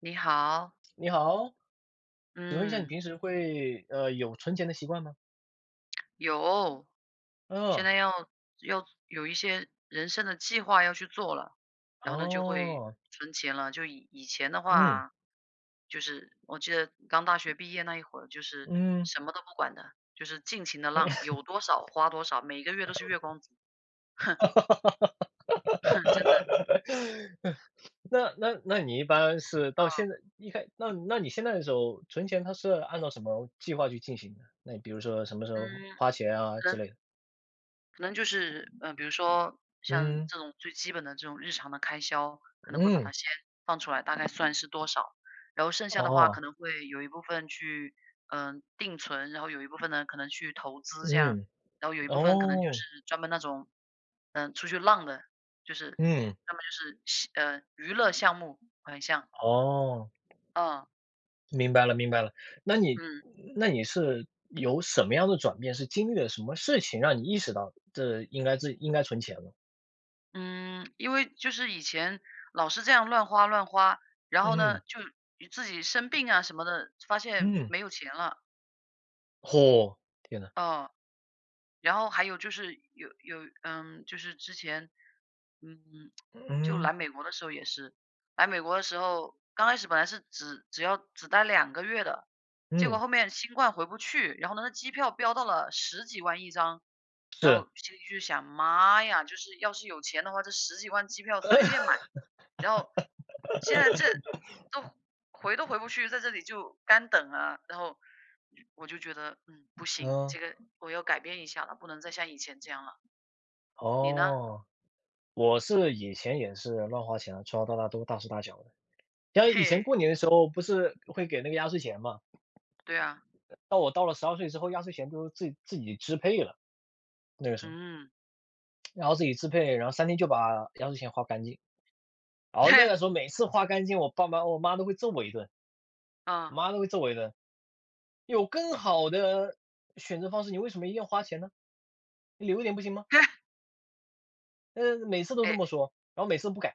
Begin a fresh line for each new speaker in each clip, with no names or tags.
你好，
你好，请问一下你
嗯，
平时会，有存钱的习惯吗？
有，现
嗯。
在要有一些人生的计划要去做了，然后呢就会
哦。
存钱了。就以前的
嗯。
话，就是我记得刚大学毕业那一会儿，就是
嗯。
什么都不管的，就是尽情的浪，有多少花多少，每个月都是月光族，真的。
那你一般是到
嗯
现在一开你现在的时候存钱，它是按照什么计划去进行的？那比如说什么时
嗯，
候花钱啊
可
之类的？
可能就是，比如说像
嗯。
这种最基本的这种日常的开销，可能会把它
嗯。
先放出来，大概算是多少，然后剩下的话可
哦。
能会有一部分去，定存，然后有一部分呢可能去投资这样，
嗯。
然后有一部分可能就
哦。
是专门那种，出去浪的，就是
嗯。
专么就是喜呃娱乐项目款项，
哦。
嗯
明白了，明白了。那你
嗯。
那你是有什么样的转变？是经历了什么事情让你意识到这应该应该存钱了？
嗯，因为就是以前老是这样乱花乱花，然后呢，
嗯。
就自己生病啊什么的，发现
嗯。
没有钱了，
嚯，天呐。
哦。然后还有就是有有嗯，就是之前，嗯，就
嗯。
来美国的时候也是，来美国的时候，刚开始本来是只待2个月的，结果
嗯。
后面新冠回不去，然后呢，那机票飙到了十几万一张，然
是。
后心里就想，妈呀，就是要是有钱的话，这十几万机票随便 买，然后现在这都都回不去，在这里就干等啊，然后我就觉得，不行，
嗯。
这个我要改变一下了，不能再像以前这样了。你呢？
哦，我是以前也是乱花钱啊，从小到大都大手大脚的。像以
嘿，
前过年的时候不是会给那个压岁钱嘛，
对啊，
到我到了12岁之后，压岁钱都自己支配了，那个时候。
嗯，
然后自己支配，然后三天就把压岁钱花干净。然
嘿，
后那个时候每次花干净，我妈都会揍我一顿，
嗯，
我妈都会揍我一顿。有更好的选择方式，你为什么一定要花钱呢？你留一点不行吗？
嘿，
嗯，每次都这
哎，
么说，然后每次都不改，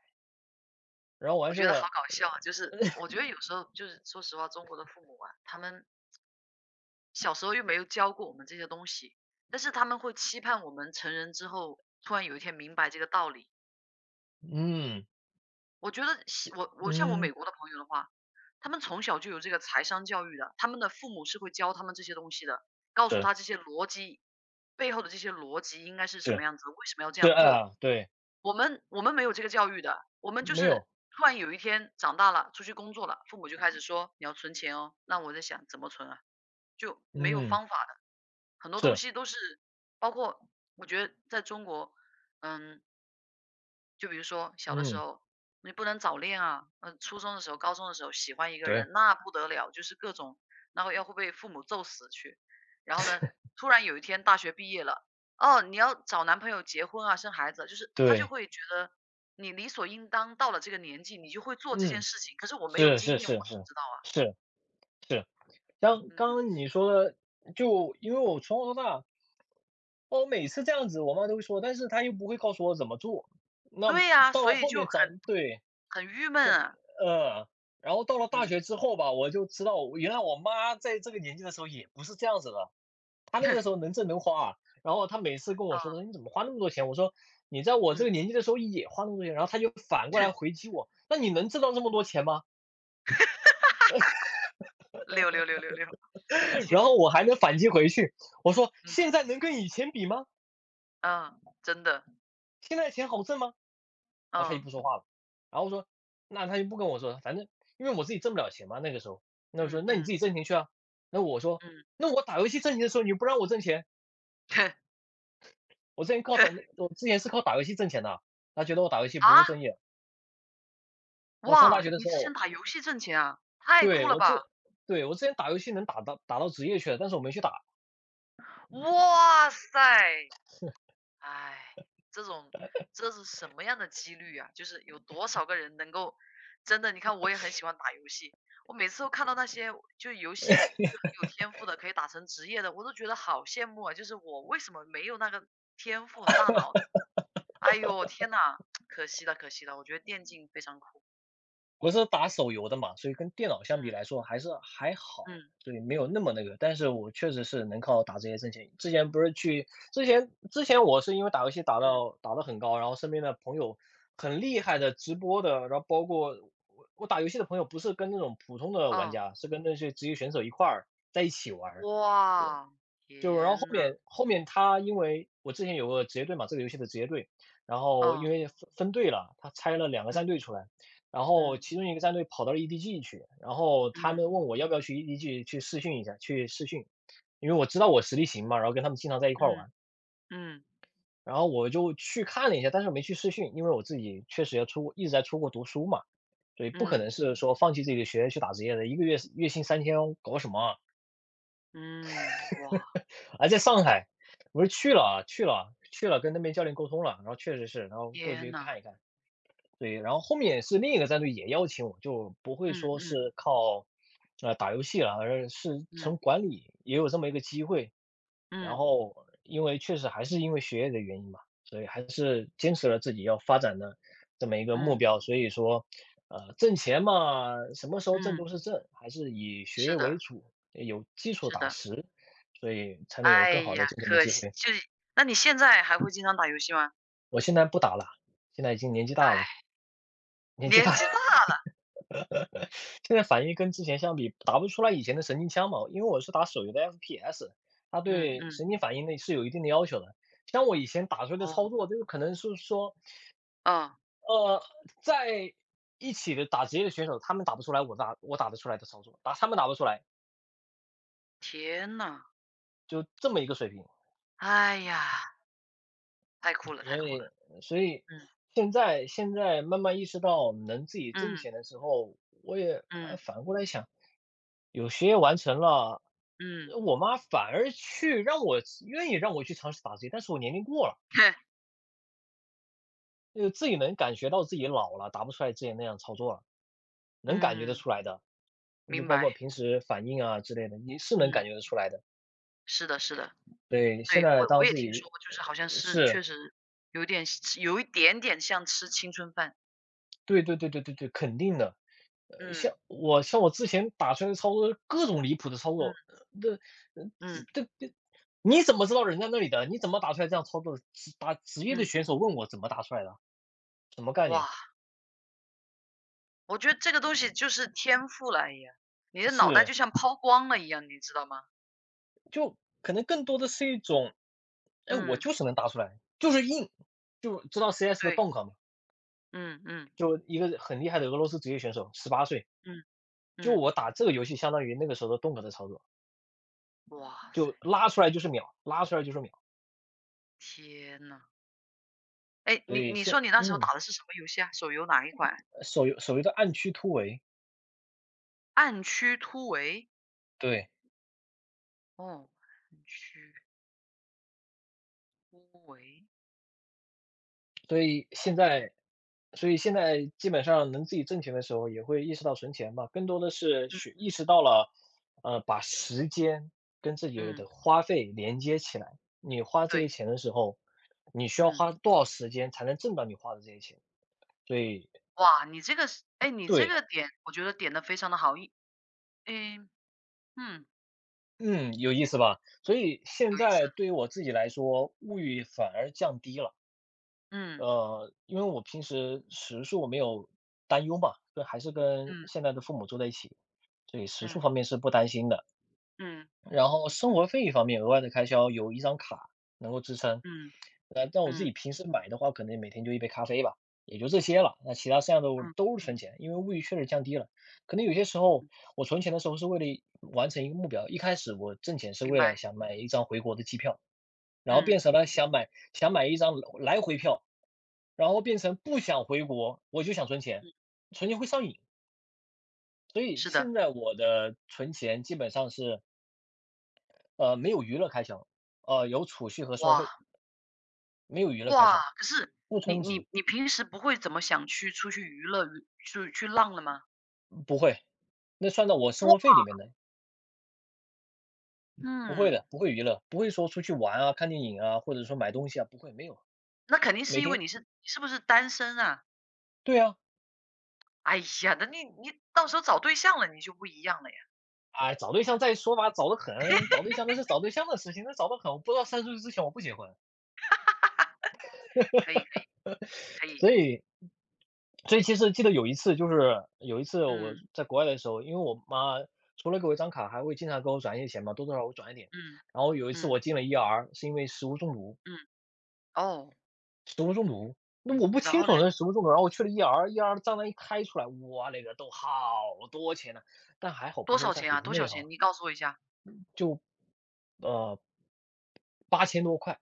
然后
我
完事
觉
儿
得好
了。
搞笑啊！就是我觉得有时候就是说实话，中国的父母啊，他们小时候又没有教过我们这些东西，但是他们会期盼我们成人之后突然有一天明白这个道理。
嗯。
我觉得西我我像我
嗯。
美国的朋友的话，他们从小就有这个财商教育的，他们的父母是会教他们这些东西的，告诉他
是
这些逻辑背后的这些逻辑应该是什么
是。
样子，为什么要这
是
样做。
啊，对。
我们没有这个教育的，我们就
没
是
有。
突然有一天长大了，出去工作了，父母就开始说你要存钱哦。那我在想怎么存啊，就没有
嗯。
方法的，很多东
是。
西都是包括我觉得在中国，嗯，就比如说小的时
嗯。
候，你不能早恋啊，初中的时候、高中的时候喜欢一个
对。
人，那不得了，就是各种，然后要会被父母揍死去。然后呢，突然有一天大学毕业了，哦，你要找男朋友结婚啊，生孩子，就是他就
对。
会觉得你理所应当到了这个年纪，你就会做这件
嗯。
事情。可是我没有
是
经
是
验，
是
我怎么
是
知道啊？
是是。像刚
嗯，
刚你说的，就因为我从小到大，我每次这样子，我妈都会说，但是她又不会告诉我怎么做。那
对呀、
到
所
了
以
后
就很
面长，对，
很郁闷啊。
呃，然后到了大
嗯，
学之后吧，我就知道，原来我妈在这个年纪的时候也不是这样子的。她那个时候 能挣能花啊。然后她每次跟我说
啊，
的，你怎么花那么多钱？我说你在我这个
嗯，
年纪的时候也花那么多钱，然后她就反过来 回击我，那你能挣到这么多钱吗？
66666，
然后我还能反击回去，我说
嗯，
现在能跟以前比吗？
嗯，真的，
现在钱好挣吗？”然后他就不说
嗯
话了。然后我说：“那他就不跟我说，反正因为我自己挣不了钱嘛，那个时候。”那我说：
嗯
“那你
嗯
自己挣钱去啊。”那我说：
嗯。
“那我打游戏挣钱的时候，你又不让我挣钱，我之前靠打，我之前是靠打游戏挣钱的。他觉得我打游戏
啊？
不务正业。我上大
哇，
学的
你
时
之前
候，
打游戏挣钱啊？太
对
酷了
我
吧！
这，对我之前打游戏能打到职业去了，但是我没去打。”
哇塞，哎，这种这是什么样的几率啊？就是有多少个人能够。真的？你看，我也很喜欢打游戏，我每次都看到那些就游戏就很有天赋的，可以打成职业的，我都觉得好羡慕啊！就是我为什么没有那个天赋和大脑？哎呦，天呐，可惜了，可惜了！我觉得电竞非常酷。
我是打手游的嘛，所以跟电脑相比来
嗯
说还是还好，
嗯
对，没有那么那个。但是我确实是能靠打这些挣钱。之前不是去之前我是因为打游戏打
嗯，
到打得很高，然后身边的朋友很厉害的直播的，然后包括我打游戏的朋友不是跟那种普通的玩
哦。
家，是跟那些职业选手一块儿在一起玩儿。
哇，
就然
天
后后
呐，
面后面他因为我之前有个职业队嘛，这个游戏的职业队，然后因
哦，
为分队了，他拆了两个战
嗯
队出来，然后
嗯
其中一个战队跑到了 EDG 去，然后他
嗯
们问我要不要去 EDG 去试训一下，去试训，因为我知道我实力行嘛，然后跟他们经常在一块儿
嗯
玩，
嗯
然后我就去看了一下，但是没去试训，因为我自己确实要出国，一直在出国读书嘛，所以不可
嗯
能是说放弃自己的学业去打职业的，一个月月薪3000搞什么啊。
嗯，哇，
啊，在上海，我是去了啊去了啊去了，跟那边教练沟通了，然后确实是，然后过
天
去
呐，
看一看。对，然后后面是另一个战队也邀请我，就不会
嗯
说
嗯
是靠，呃，打游戏了，而是从
嗯
管理也有这么一个机会。然
嗯
后因为确实还是因为学业的原因嘛，所以还是坚持了自己要发展的这么一个目
嗯
标。所以说，呃，挣钱嘛，什么时候挣
嗯，
都是挣，还是以学
是
业为
的，
主，有基础
是
打
的，
实，所以才能有
哎
更好的
呀，
挣钱的
可
机
惜，
会。
就是那你现在还会经常打游戏吗？
我现在不打了，现在已经年纪大了，
唉，
年纪
年
大了。
纪大了，
现在反应跟之前相比，打不出来以前的神经枪嘛，因为我是打手游的 FPS，它
嗯
对
嗯，
神经反应呢是有一定的要求的。像我以前打出来的
哦，
操作，就是可能是说
哦，
呃，在一起的打职业的选手，他们打不出来我打得出来的操作，他们打不出来，
天呐，
就这么一个水平。
哎呀，太酷了，太
所
酷了，
以所以
嗯
现在慢慢意识到能自己挣
嗯
钱的时候，我也，呃，
嗯
反过来想，有学业完成了，
嗯，
我妈反而去让我愿意让我去尝试打职业，但是我年龄过了，
哼，
就自己能感觉到自己老了，打不出来之前那样操作了，能感觉得
嗯，
出来的。就
明
包括
白，
平时反应啊之类的，你是能感
嗯，
觉得出来的。
是的，是的。
对，现
对，
在
我
当
也
自
听说
己
过，就是好像
呃，
是
是，
确实有一点点像吃青春饭。
对，肯定的。呃，
嗯，
像我之前打出来的操作，各种离谱的操作，
嗯，
呃，那呃
嗯，
这这你怎么知道人家那里的？你怎么打出来这样操作的？打职业的
嗯，
选手问我怎么打出来的，什么概
哇，
念？
我觉得这个东西就是天赋了，哎呀，你的脑袋就
是，
像抛光了一样，你知道吗？
就可能更多的是一种，哎，我
嗯，
就是能打出来，就是硬，就知道 CS 的
对，
Donk 嘛，
嗯，嗯，
就一个很厉害的俄罗斯职业选手18岁，
嗯，
就
嗯，
我打这个游戏相当于那个时候的 Donk 的操作。
哇塞，
就拉出来就是秒，拉出来就是秒。
天呐，哎，
所
你
以
你说
现
你那时候
嗯。
打的是什么游戏啊？手游哪一款？
所谓的暗区突围，
暗区突围。
对，
哦，暗区突围。
所以现
哦，
在所以现在基本上能自己挣钱的时候，也会意识到存钱吧，更多的是
嗯，
意识到了，呃，把时间跟自己
嗯，
的花费连接起来。你花这
对，
些钱的时候，你需要
嗯。
花多少时间才能挣到你花的这些钱？所以
哇，你这
对。
个点我觉得点的非常的好，一哎嗯，
嗯，有意思吧？所以现
有意
在
思，
对于我自己来说，物欲反而降低了。
嗯，
呃，因为我平时食宿我没有担忧嘛，就还是跟
嗯，
现在的父母住在一起，所以食宿
嗯，
方面是不担心的。
嗯，
然后生活费方面，额外的开销有一张卡能够支撑。
嗯，
呃，但我自己
嗯，
平时买的话，可能每天就一杯咖啡吧，也就这些了。那其他剩下的我
嗯，
都是存
嗯，
钱，因为物欲确实降低了。可能有些时候我存钱的时候是为了完成一个目标，一开始我挣钱是
明
为了
白，
想买一张回国的机票，然后
嗯，
变成了想买一张来回票。然后变成不想回国，我就想存钱，存钱会上瘾。所以
是的。
现在我的存钱基本上是，没有娱乐开销，有储蓄和生活
哇，
费，没有娱乐开
哇，
销，
可是
不
你
充值，
你你平时不会怎么想去出去娱乐，娱去去浪了吗？
不会，那算到我生
哇，
活费里面的，不会
嗯，
的，不会娱乐，不会说出去玩啊、看电影啊，或者说买东西啊，不会，没有，
那肯定
每
是因为
天
你是不是单身啊？
对啊，
哎呀，那你到时候找对象了，你就不一样了呀，
哎，找对象再说吧，找得很，找对象那是找对象的事情，那找得很，我不知道30岁之前我不结婚，
可以可以可以，
所以所以其实记得有一次，就是有一次我
嗯，
在国外的时候，因为我妈除了给我一张卡，还会经常给我转一些钱嘛，多多少少我转一点。
嗯，
然后有一次
嗯，
我进了 ER，是因为食物中毒，
嗯，哦，
食物中毒，那我不
然
清
后呢？
楚那是食物中毒，然后我去了 ER，ER 账单一开出来，我勒个都好多钱呢、但还好
多
不是
少
在
钱啊？
国
多少
内
钱？
哈、
你告诉我一下。
就呃8000多块，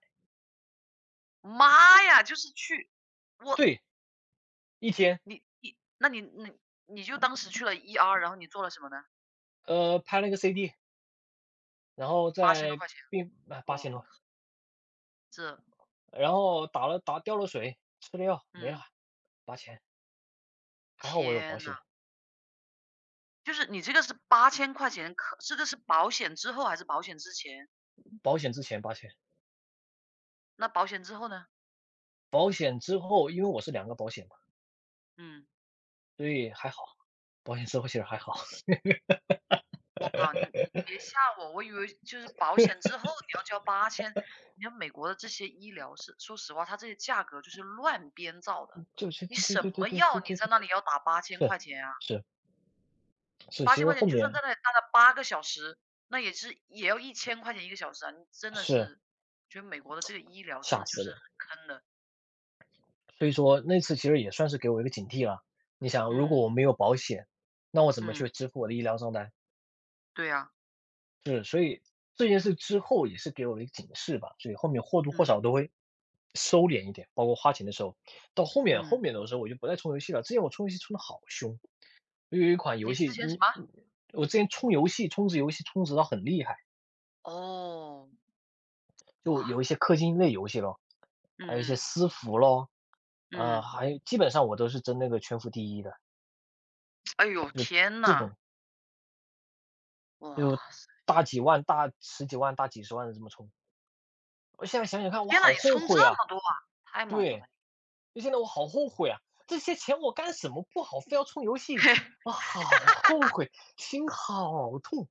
妈呀，就是去我
对，一天，
你你那你你你就当时去了 ER，然后你做了什么呢？
拍了个 CD，然后
八千多
在
块钱，
病啊八
哇，
千多，
这
然后打掉了水，吃了药没了
嗯，
八千。还好我有保
天呐，
险，
就是你这个是八千块钱，可这个是保险之后还是保险之前？
保险之前八千，
那保险之后呢？
保险之后因为我是两个保险嘛，
嗯。
所以还好，保险之后其实还好。
我靠，你 别吓我，我以为就是保险之后你要交八千。你看美国的这些医疗是说实话，它这些价格就是乱编造的。
就其
你
实对对
什
对对
么药
对
你
对对
在
对，
那里要打八千
是，
块钱啊？
是，
你
是，
八
其
千
实
块钱
后
你就算在
面
那里待了8个小时，那也是也要1000块钱一个小时啊，你真的
是，
是觉得美国的这个医疗真
吓
的就
死
是
人。
很坑的。
所以说那次其实也算是给我一个警惕了，你想如果
嗯，
我没有保险，那我怎么去
嗯，
支付我的医疗账单？
对啊，
是，所以这件事之后也是给我了一个警示吧，所以后面或多
嗯，
或少都会收敛一点，包括花钱的时候。到后面后
嗯，
面的时候我就不再充游戏了，之前我充游戏充的好凶。有一款游
你之
戏，
前什么？
我之前充游戏，充值游戏充值到很厉害，
哦，
就
哇，
有一些氪金类游戏咯，还有一
嗯
些
嗯，
私服咯，
嗯，
还有基本上我都是争那个全服第一的，
哎呦，
就
天
这
呐，
种
哇
就大几万、大十几万、大几十万的这么充。我现在想想看，我
天呐，
好
你
后
充这
悔啊！
么多啊，太猛了吧！
对，就现在我好后悔啊！这些钱我干什么不好，非要充游戏，我好后悔，心好痛，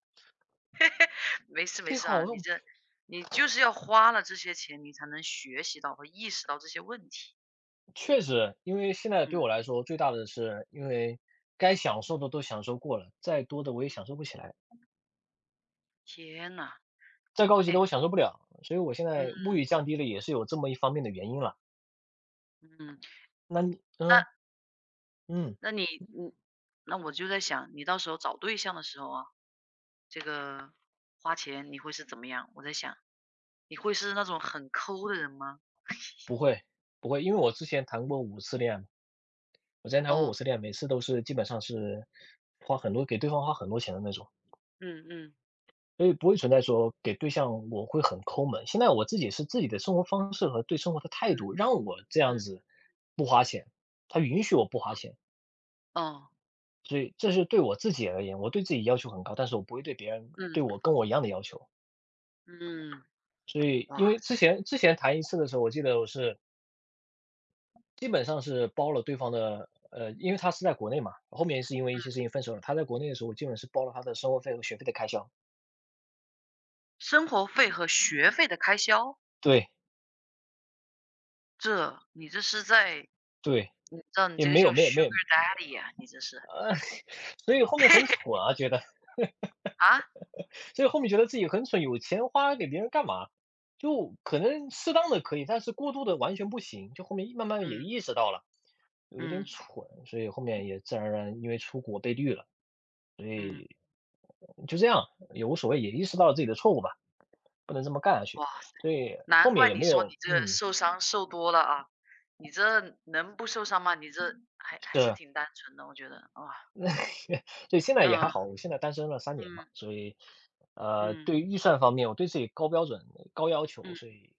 没事没
心
事啊，
好痛。
你就是要花了这些钱，你才能学习到和意识到这些问题。
确实，因为现在对我
嗯，
来说最大的是，因为该享受的都享受过了，再多的我也享受不起来，
天呐，
再高级的
哎，
我享受不了，所以我现
嗯
在物欲降低了，也是有这么一方面的原因了。
嗯，
那你，嗯
那
嗯，
那你嗯，那我就在想，你到时候找对象的时候啊，这个花钱你会是怎么样？我在想，你会是那种很抠的人吗？
不会不会，因为我之前谈过五次恋爱嘛，我之前谈过五
哦，
次恋爱，每次都是基本上是花很多给对方花很多钱的那种，
嗯嗯
所以不会存在说给对象我会很抠门。现在我自己是自己的生活方式和对生活的
嗯
态度，让我这
嗯，
样子不花钱，他允许我不花钱。
哦，
所以这是对我自己而言，我对自己要求很高，但是我不会对别人对我
嗯
跟我一样的要求。
嗯，
所以
哇，
因为之前谈一次的时候，我记得我是基本上是包了对方的，因为他是在国内嘛，后面是因为一些事情分手了。他在国内的时候，我基本是包了他的生活费和学费的开销。
生活费和学费的开销。
对
这，你这是在
对，
你知道你
也
这个
没
叫
有没有没
sugar
有，
daddy 呀，你这是
呃，所以后面很蠢 啊，觉得，
啊？
所以后面觉得自己很蠢，有钱花给别人干嘛？就可能适当的可以，但是过度的完全不行。就后面慢慢也
嗯，
意识到了。有点
嗯，
蠢，所以后面也自然而然因为出国被绿了，
嗯，
就这样，也无所谓，也意识到了自己的错误吧，不能这么干下去，
哇，
所以后
难
面
怪
也
你
没
说你
有，
这受伤受多了啊，你这能不受伤吗？你这还是
是。
挺单纯的，我觉得，哇，
对，现在也还
嗯，
好，我现在单身了3年嘛，
嗯，
所以，
嗯，
对于预算方面，我对自己高标准、高要求，
嗯，
所以，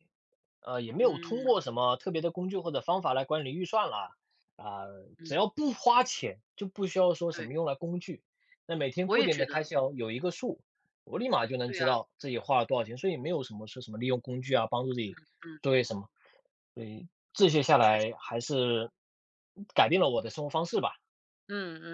也没有通
嗯，
过什么特别的工具或者方法来管理预算啦。啊，只
嗯，
要不花钱，就不需要说什
对，
么用来工具。那每天
我
固
也
定
觉
的开
得，
销有一个数，我立马就能
对呀，
知道自己花了多少钱，所以没有什么说什么利用工具啊，帮助自己
嗯，
做些什么。所以这些下
确实，
来还是改变了我的生活方式吧。
嗯嗯。